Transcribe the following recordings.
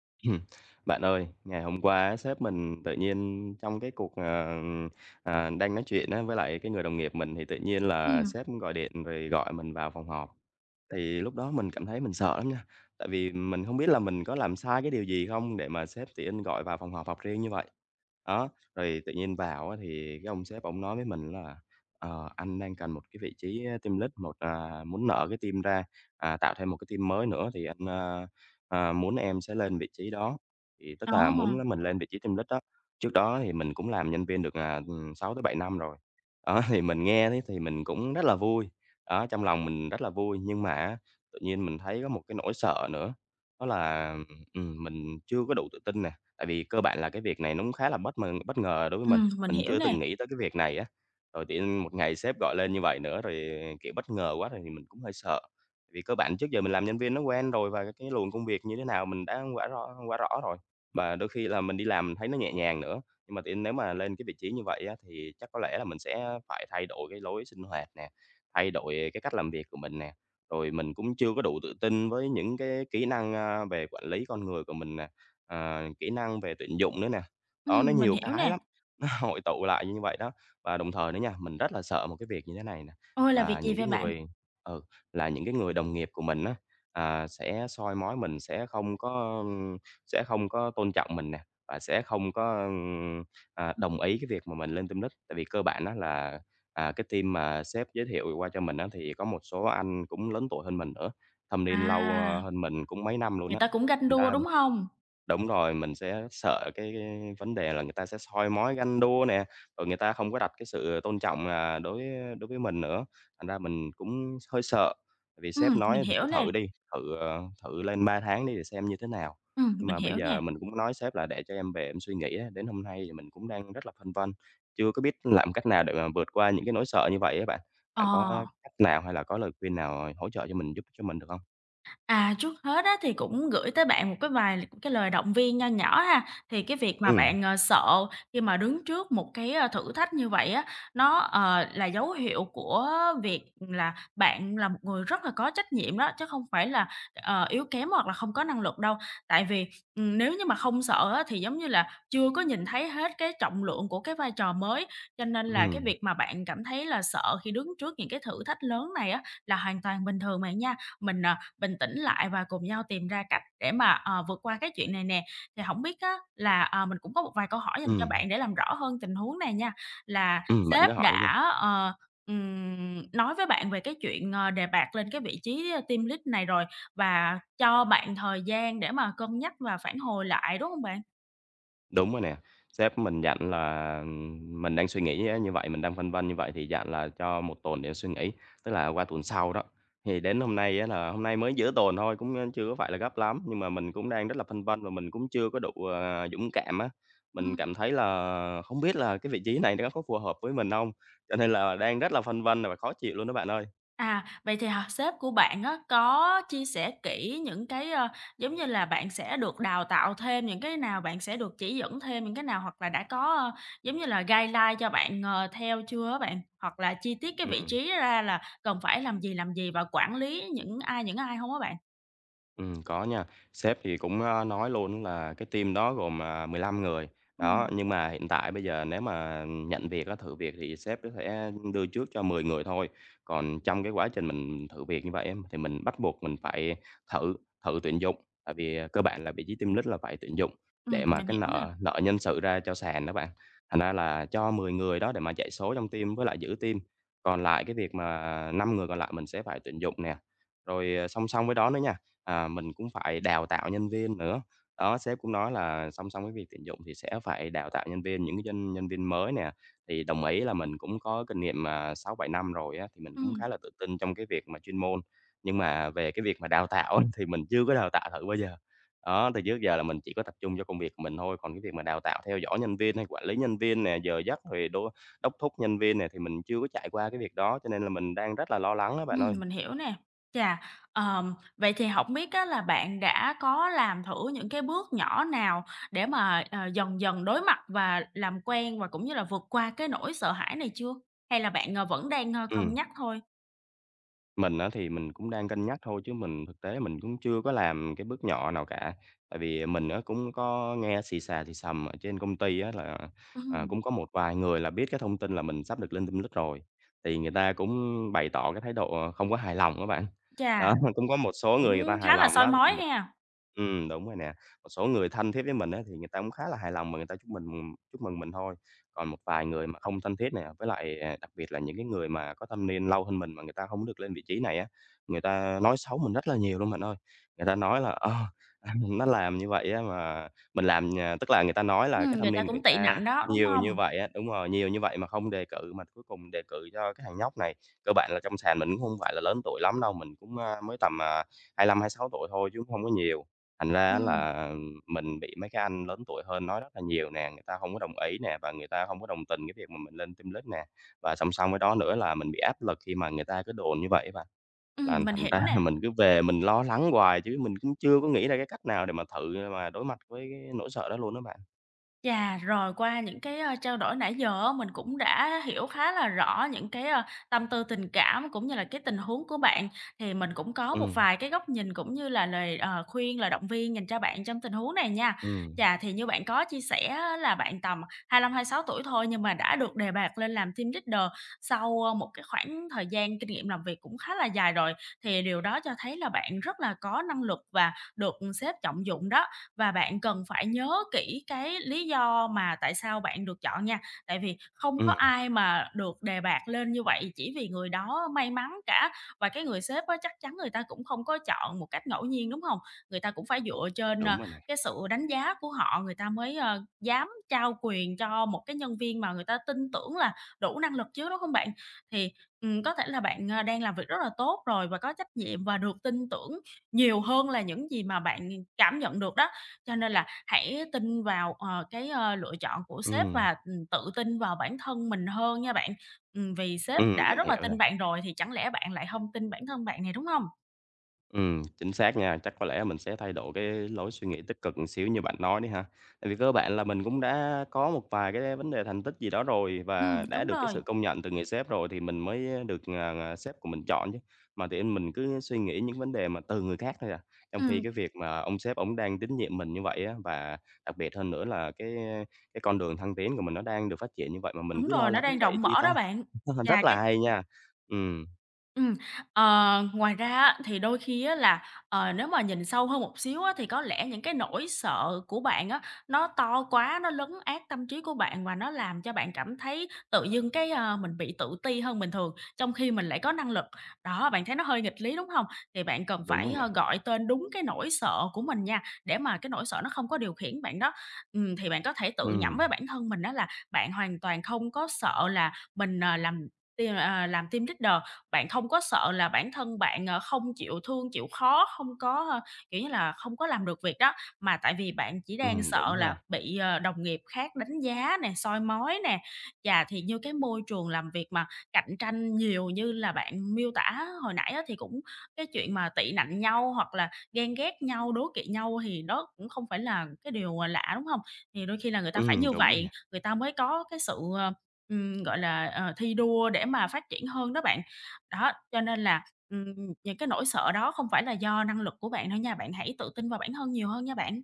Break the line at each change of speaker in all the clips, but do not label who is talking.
Ừm. Bạn ơi, ngày hôm qua á, sếp mình tự nhiên trong cái cuộc, đang nói chuyện á với lại cái người đồng nghiệp mình thì tự nhiên là
Ừm,
sếp gọi điện rồi gọi mình vào phòng họp. Thì lúc đó mình cảm thấy mình sợ lắm nha, tại vì mình không biết là mình có làm sai cái điều gì không để mà sếp tự nhiên gọi vào phòng họp họp riêng như vậy. Đó, rồi tự nhiên vào á thì cái ông sếp ông nói với mình là "Ờ, anh đang cần một cái vị trí team lead, một, à muốn nở cái team ra, tạo thêm một cái team mới nữa thì anh, muốn em sẽ lên vị trí đó, thì tức
ờ,
là muốn là mình lên vị trí team lead đó. Trước đó thì mình cũng làm nhân viên được, 6-7 năm rồi. Đó, thì mình nghe thế thì mình cũng rất là vui, đó, trong lòng mình rất là vui, nhưng mà tự nhiên mình thấy có một cái nỗi sợ nữa, đó là, mình chưa có đủ tự tin nè, tại vì cơ bản là cái việc này nó cũng khá là bất ngờ đối với
mình
mình
hiểu
chưa
nè.
từng nghĩ tới cái việc này á. Rồi tự nhiên một ngày sếp gọi lên như vậy nữa, rồi, kiểu, bất ngờ quá rồi thì mình cũng hơi sợ. Vì cơ bản trước giờ mình làm nhân viên nó quen rồi và cái luồng công việc như thế nào mình đã quá rõ rồi, và đôi khi là mình đi làm mình thấy nó nhẹ nhàng nữa. Nhưng mà đến nếu mà lên cái vị trí như vậy á, thì chắc có lẽ là mình sẽ phải thay đổi cái lối sinh hoạt nè, thay đổi cái cách làm việc của mình nè. Rồi mình cũng chưa có đủ tự tin với những cái kỹ năng, về quản lý con người của mình nè, kỹ năng về tuyển dụng nữa nè. Đó, nó
Mình
nhiều
hiểu
cái
nè.
lắm, nó hội tụ lại như vậy đó. Và đồng thời nữa nha, mình rất là sợ một cái việc như thế này nè,
Ôi, là việc
là
gì
những cái
vậy bạn?
người ừ là những cái người đồng nghiệp của mình á, sẽ soi mói mình, sẽ không có tôn trọng mình nè, và sẽ không có, đồng ý cái việc mà mình lên team lead. Tại vì cơ bản á là, cái team mà sếp giới thiệu qua cho mình á, thì có một số anh cũng lớn tuổi hơn mình nữa, thâm niên lâu,
À,
hơn mình cũng mấy năm luôn
người
á,
ta cũng ganh
thành
đua,
ra.
đúng hông?
Đúng rồi, mình sẽ sợ cái vấn đề là người ta sẽ soi mói ganh đua nè, rồi người ta không có đặt cái sự tôn trọng, đối đối với mình nữa, thành ra mình cũng hơi sợ. Tại vì sếp
Mình
nói thì cứ
hiểu nè.
thử đi, thử lên 3 tháng đi để xem như thế nào. Nhưng
Mình
mà bây
hiểu nè.
giờ mình cũng nói sếp là "Để cho em về em suy nghĩ á." Đến hôm nay thì mình cũng đang rất là phân vân, chưa có biết làm cách nào để mà vượt qua những cái nỗi sợ như vậy á bạn.
Ờ.
Bạn có cách nào hay là có lời khuyên nào hỗ trợ cho mình, giúp cho mình được không?
À, trước hết á, thì cũng gửi tới bạn một vài lời động viên nho nhỏ ha. Thì cái việc mà
Ừ
bạn, sợ khi mà đứng trước một cái, thử thách như vậy á, nó, là dấu hiệu của việc là bạn là một người rất là có trách nhiệm đó, chứ không phải là, yếu kém hoặc là không có năng lực đâu. Tại vì, nếu như mà không sợ á, thì giống như là chưa có nhìn thấy hết cái trọng lượng của cái vai trò mới, cho nên
ừ
là cái việc mà bạn cảm thấy là sợ khi đứng trước những cái thử thách lớn này á, là hoàn toàn bình thường bạn nha. Mình, bình tĩnh lại và cùng nhau tìm ra cách để mà, vượt qua cái chuyện này nè. Thì hổng biết á là, mình cũng có một vài câu hỏi dành
ừ
cho bạn để làm rõ hơn tình huống này nha, là
Bạn
sếp
cứ hỏi đi nha.
đã, ờ, nói với bạn về cái chuyện, đề bạt lên cái vị trí team lead này rồi và cho bạn thời gian để mà cân nhắc và phản hồi lại, đúng hông bạn?
Đúng rồi nè, sếp mình dặn là, mình đang suy nghĩ á như vậy, mình đang phân vân như vậy thì dặn là cho một tuần để suy nghĩ, tức là qua tuần sau đó. Thì đến hôm nay á là hôm nay mới giữa tuần thôi, cũng, chưa có phải là gấp lắm, nhưng mà mình cũng đang rất là phân vân và mình cũng chưa có đủ, dũng cảm á. Mình
Ừm.
cảm thấy là không biết là cái vị trí này nó có phù hợp với mình không. Cho nên là đang rất là phân vân và khó chịu luôn đó bạn ơi.
À, vậy thì hả sếp của bạn á, có chia sẻ kỹ những cái, giống như là, bạn sẽ được đào tạo thêm những cái nào, bạn sẽ được chỉ dẫn thêm những cái nào, hoặc là đã có, giống như là, guideline cho bạn, theo chưa á bạn? Hoặc là chi tiết cái vị
Ừm,
trí ra là cần phải làm gì và quản lý những ai không á bạn?
Có nha. Sếp thì cũng, nói luôn là cái team đó gồm, 15 người. Đó,
Ừm,
nhưng mà hiện tại bây giờ nếu mà nhận việc á, thử việc thì sếp có thể đưa trước cho 10 người thôi. Còn trong cái quá trình mình thử việc như vậy em thì mình bắt buộc mình phải thử thử tuyển dụng, tại vì cơ bản là vị trí team lead là phải tuyển dụng để mà
mình
cái
hiểu nè.
nợ nợ nhân sự ra cho sàn đó bạn. Thành ra là cho 10 người đó để mà chạy số trong team với lại giữ team. Còn lại cái việc mà 5 người còn lại mình sẽ phải tuyển dụng nè. Rồi, song song với đó nữa nha. À, mình cũng phải đào tạo nhân viên nữa. Đó, sếp cũng nói là song song với việc tuyển dụng thì sẽ phải đào tạo nhân viên, những cái nhân nhân viên mới nè. Thì đồng ý là mình cũng có kinh nghiệm, 6-7 năm rồi á, thì mình cũng khá
Ừm.
là tự tin trong cái việc mà chuyên môn. Nhưng mà về cái việc mà đào tạo á, thì mình chưa có đào tạo thử bao giờ. Đó, thì trước giờ là mình chỉ có tập trung cho công việc của mình thôi, còn cái việc mà đào tạo theo dõi nhân viên hay quản lý nhân viên nè, giờ giấc rồi đốc thúc nhân viên nè, thì mình chưa có trải qua cái việc đó, cho nên là mình đang rất là lo lắng đó bạn ơi.
Mình hiểu nè. Chà, vậy thì hổng biết á là bạn đã có làm thử những cái bước nhỏ nào để mà, dần dần đối mặt và làm quen và cũng như là vượt qua cái nỗi sợ hãi này chưa? Hay là bạn, vẫn đang, cân
Ừm.
nhắc thôi?
Mình á thì mình cũng đang cân nhắc thôi chứ mình thực tế mình cũng chưa có làm cái bước nhỏ nào cả. Tại vì mình á cũng có nghe xì xà xì xầm ở trên công ty á là,
Ừm,
cũng có một vài người là biết cái thông tin là mình sắp được lên team lead rồi, thì người ta cũng bày tỏ cái thái độ không có hài lòng các bạn.
chà,
Đó, cũng có một số
cũng
người người ta hài
khá là
lòng
soi
đó,
mói
một
ha.
đúng rồi nè, một số người thân thiết với mình á thì người ta cũng khá là hài lòng mà người ta chúc mừng mình thôi. Còn một vài người mà không thân thiết này với lại, đặc biệt là những cái người mà có thâm niên lâu hơn mình mà người ta không được lên vị trí này á, người ta nói xấu mình rất là nhiều luôn bạn ơi. Người ta nói là, nó làm như vậy á mà mình làm tức là người ta nói là cái thâm
Người ta
niên người
cũng tị
ta
nạnh đó, đúng
nhiều như
hông?
vậy á đúng rồi, nhiều như vậy mà không đề cử, mà cuối cùng đề cử cho cái thằng nhóc này. Cơ bản là trong sàn mình cũng không phải là lớn tuổi lắm đâu, mình cũng, mới tầm, 25, sáu tuổi thôi chứ cũng hông có nhiều. Thành ra á
Ừm,
là mình bị mấy cái anh lớn tuổi hơn nói rất là nhiều nè, người ta không có đồng ý nè, và người ta không có đồng tình cái việc mà mình lên team lead nè. Và song song với đó nữa là mình bị áp lực khi mà người ta cứ đồn như vậy á bạn, là
mình
thành ra
hiểu nè.
là mình cứ về mình lo lắng hoài chứ mình cũng chưa có nghĩ ra cái cách nào để mà thử mà đối mặt với cái nỗi sợ đó luôn đó bạn.
Chà, rồi qua những cái, trao đổi nãy giờ á, mình cũng đã hiểu khá là rõ những cái, tâm tư tình cảm cũng như là cái tình huống của bạn. Thì mình cũng có
Ừ
một vài cái góc nhìn cũng như là lời, khuyên, lời động viên dành cho bạn trong tình huống này nha.
ừ
Chà, thì như bạn có chia sẻ á là bạn tầm 25, sáu tuổi thôi nhưng mà đã được đề bạt lên làm team leader sau, một cái khoảng thời gian kinh nghiệm làm việc cũng khá là dài rồi, thì điều đó cho thấy là bạn rất là có năng lực và được sếp trọng dụng đó và bạn cần phải nhớ kỹ cái lý do mà tại sao bạn được chọn nha. Tại vì không có
ừm,
ai mà được đề bạt lên như vậy chỉ vì người đó may mắn cả, và cái người sếp á chắc chắn người ta cũng không có chọn một cách ngẫu nhiên, đúng không? Người ta cũng phải dựa trên,
đúng rồi nè.
cái sự đánh giá của họ, người ta mới, dám trao quyền cho một cái nhân viên mà người ta tin tưởng là đủ năng lực chứ, đúng không bạn? Thì, có thể là bạn, đang làm việc rất là tốt rồi và có trách nhiệm và được tin tưởng nhiều hơn là những gì mà bạn cảm nhận được đó. Cho nên là hãy tin vào, cái, lựa chọn của
ừ
sếp và, tự tin vào bản thân mình hơn nha bạn. Vì sếp
ừm,
đã
mình
rất là
hiểu nè.
tin bạn rồi thì chẳng lẽ bạn lại không tin bản thân bạn này đúng không?
Chính xác nha. Chắc có lẽ mình sẽ thay đổi cái lối suy nghĩ tích cực một xíu như bạn nói đi ha. Tại vì cơ bản là mình cũng đã có một vài cái vấn đề thành tích gì đó rồi và đã
Đúng
được cái
rồi.
sự công nhận từ người sếp rồi thì mình mới được, sếp của mình chọn chứ. Mà thì mình cứ suy nghĩ những vấn đề mà từ người khác thôi à, trong khi
Ừm,
cái việc mà ông sếp ông đang tín nhiệm mình như vậy á, và đặc biệt hơn nữa là cái con đường thăng tiến của mình nó đang được phát triển như vậy mà mình
đúng
cứ lo
rồi, nó
lắng
đang
vậy
rộng mở
chi
đó
ta?
bạn.
Rất
Và
là hay nha. Ừm,
Ừm, ngoài ra á, thì đôi khi á là, nếu mà nhìn sâu hơn một xíu á, thì có lẽ những cái nỗi sợ của bạn á, nó to quá, nó lấn át tâm trí của bạn và nó làm cho bạn cảm thấy tự dưng cái, mình bị tự ti hơn bình thường, trong khi mình lại có năng lực. Đó, bạn thấy nó hơi nghịch lý, đúng không? Thì bạn cần
đúng rồi
phải,
nè.
gọi tên đúng cái nỗi sợ của mình nha, để mà cái nỗi sợ nó không có điều khiển bạn đó. Thì bạn có thể tự nhẩm
Ừm,
với bản thân mình đó là bạn hoàn toàn không có sợ là mình, làm làm team leader, bạn không có sợ là bản thân bạn, không chịu thương, chịu khó, không có, kiểu như là, không có làm được việc đó, mà tại vì bạn chỉ đang
đúng
sợ
ha.
là bị, đồng nghiệp khác đánh giá nè, soi mói nè. Và thì như cái môi trường làm việc mà cạnh tranh nhiều như là bạn miêu tả hồi nãy á, thì cũng cái chuyện mà tị nạnh nhau hoặc là ghen ghét nhau, đố kỵ nhau thì đó cũng không phải là cái điều, lạ, đúng không? Thì đôi khi là người ta phải như
Đúng rồi nè.
vậy, người ta mới có cái sự, gọi là, thi đua để mà phát triển hơn đó bạn. Đó, cho nên là, ừm, những cái nỗi sợ đó không phải là do năng lực của bạn đâu nha, bạn hãy tự tin vào bản thân nhiều hơn nha bạn.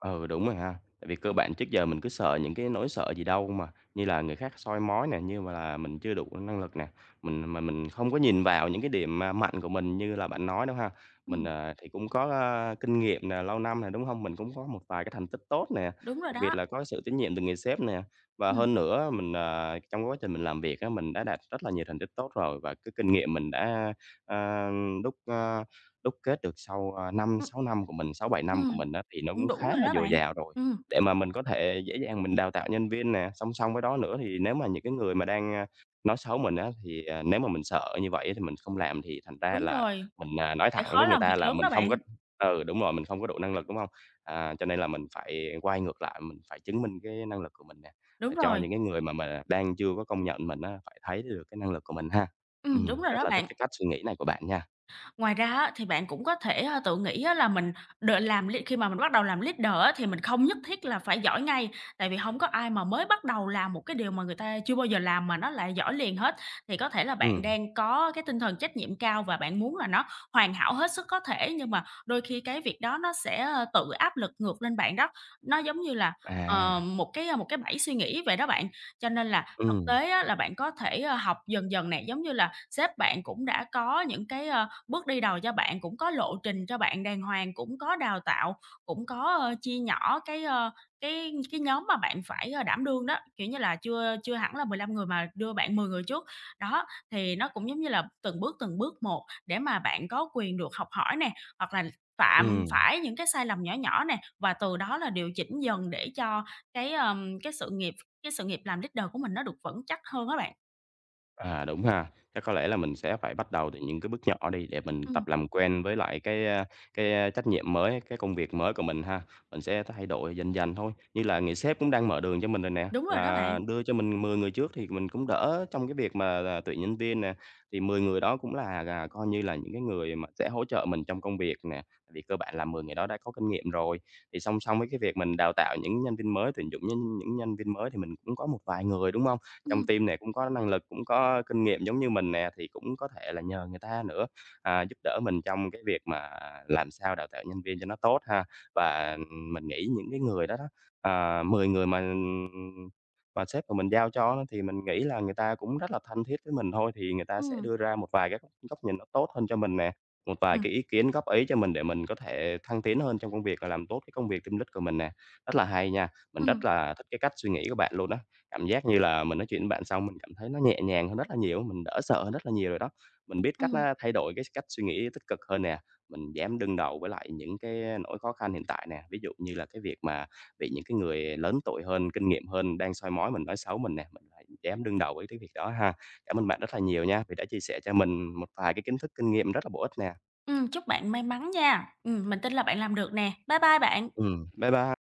Ừ, đúng rồi ha. Tại vì cơ bản trước giờ mình cứ sợ những cái nỗi sợ gì đâu mà, như là người khác soi mói nè, như mà là mình chưa đủ năng lực nè, mình mà mình không có nhìn vào những cái điểm, mạnh của mình như là bạn nói đâu ha. Mình,
Ừm,
thì cũng có, kinh nghiệm nè, lâu năm nè, đúng không? Mình cũng có một vài cái thành tích tốt nè,
đúng rồi
đặc biệt
đó.
là có sự tín nhiệm từ người sếp nè. Và
Ừm,
hơn nữa mình, trong quá trình mình làm việc á, mình đã đạt rất là nhiều thành tích tốt rồi và cái kinh nghiệm mình đã, a, đúc, a đúc kết được sau,
ừm,
5-6 năm của mình, sáu bảy năm của
ừm,
mình á, thì nó
cũng
cũng khá
đủ rồi
là
đó
dồi
bạn.
dào rồi,
Ừm,
để mà mình có thể dễ dàng mình đào tạo nhân viên nè. Song song với đó nữa thì nếu mà những cái người mà đang, nói xấu mình á, thì, nếu mà mình sợ như vậy thì mình không làm thì thành ra
đúng
là
rồi,
mình, nói
sẽ
thẳng
khó
với người
làm
ta
việc
là
lớn
mình
đó
không
bạn.
có. Ừ, đúng rồi, mình không có đủ năng lực, đúng không? À, cho nên là mình phải quay ngược lại, mình phải chứng minh cái năng lực của mình nè, à,
Đúng
cho
rồi.
những cái người mà đang chưa có công nhận mình á, phải thấy được cái năng lực của mình ha.
Ừm, đúng rồi
Rất
đó
là thích
bạn.
cái cách suy nghĩ này của bạn nha.
Ngoài ra á, thì bạn cũng có thể, tự nghĩ á là mình đ làm l khi mà mình bắt đầu làm leader á, thì mình không nhất thiết là phải giỏi ngay, tại vì không có ai mà mới bắt đầu làm một cái điều mà người ta chưa bao giờ làm mà nó lại giỏi liền hết. Thì có thể là bạn
Ừm.
đang có cái tinh thần trách nhiệm cao và bạn muốn là nó hoàn hảo hết sức có thể, nhưng mà đôi khi cái việc đó nó sẽ, tự áp lực ngược lên bạn đó. Nó giống như là,
À,
một cái bẫy suy nghĩ vậy đó bạn. Cho nên là thực
ừm,
tế á là bạn có thể, học dần dần nè, giống như là sếp bạn cũng đã có những cái, bước đi đầu cho bạn, cũng có lộ trình cho bạn đàng hoàng, cũng có đào tạo, cũng có, chia nhỏ cái, cái nhóm mà bạn phải, đảm đương đó, kiểu như là, chưa chưa hẳn là 15 người mà đưa bạn 10 người trước. Đó, thì nó cũng giống như là từng bước một để mà bạn có quyền được học hỏi nè, hoặc là phạm
ừm.
phải những cái sai lầm nhỏ nhỏ nè, và từ đó là điều chỉnh dần để cho cái, cái sự nghiệp làm leader của mình nó được vững chắc hơn các bạn.
À, đúng ha. Chắc có lẽ là mình sẽ phải bắt đầu từ những cái bước nhỏ đi để mình tập
Ừm,
làm quen với lại cái, cái, trách nhiệm mới, cái công việc mới của mình ha. Mình sẽ thay đổi dần dần thôi, như là người sếp cũng đang mở đường cho mình rồi nè,
đúng rồi đó bạn.
là đưa cho mình 10 người trước thì mình cũng đỡ trong cái việc mà là tuyển nhân viên nè. Thì 10 người đó cũng là coi như là những cái người mà sẽ hỗ trợ mình trong công việc nè, tại vì cơ bản là 10 người đó đã có kinh nghiệm rồi. Thì song song với cái việc mình đào tạo những nhân viên mới, tuyển dụng những nhân viên mới thì mình cũng có một vài người, đúng không, trong
Ừm,
team này cũng có năng lực, cũng có kinh nghiệm giống như mình nè, thì cũng có thể là nhờ người ta nữa, à, giúp đỡ mình trong cái việc mà làm sao đào tạo nhân viên cho nó tốt ha. Và, mình nghĩ những cái người đó đó, ờ, 10 người mà sếp của mình giao cho đó thì mình nghĩ là người ta cũng rất là thân thiết với mình thôi, thì người ta sẽ
ừm,
đưa ra một vài cái góc góc nhìn nó tốt hơn cho mình nè, một vài
ừm,
cái ý kiến, góp ý cho mình để mình có thể thăng tiến hơn trong công việc và làm tốt cái công việc team lead của mình nè. Rất là hay nha, mình rất
ừm,
là thích cái cách suy nghĩ của bạn luôn đó. Cảm giác như là mình nói chuyện với bạn xong mình cảm thấy nó nhẹ nhàng hơn rất là nhiều, mình đỡ sợ hơn rất là nhiều rồi đó. Mình biết cách
ừm.
á thay đổi cái cách suy nghĩ tích cực hơn nè, mình dám đương đầu với lại những cái nỗi khó khăn hiện tại nè. Ví dụ như là cái việc mà bị những cái người lớn tuổi hơn, kinh nghiệm hơn đang soi mói mình, nói xấu mình nè, mình lại dám đương đầu với cái việc đó ha. Cảm ơn bạn rất là nhiều nha, vì đã chia sẻ cho mình một vài cái kiến thức, kinh nghiệm rất là bổ ích nè.
Chúc bạn may mắn nha. Mình tin là bạn làm được nè. Bye bye bạn.
Bye bye.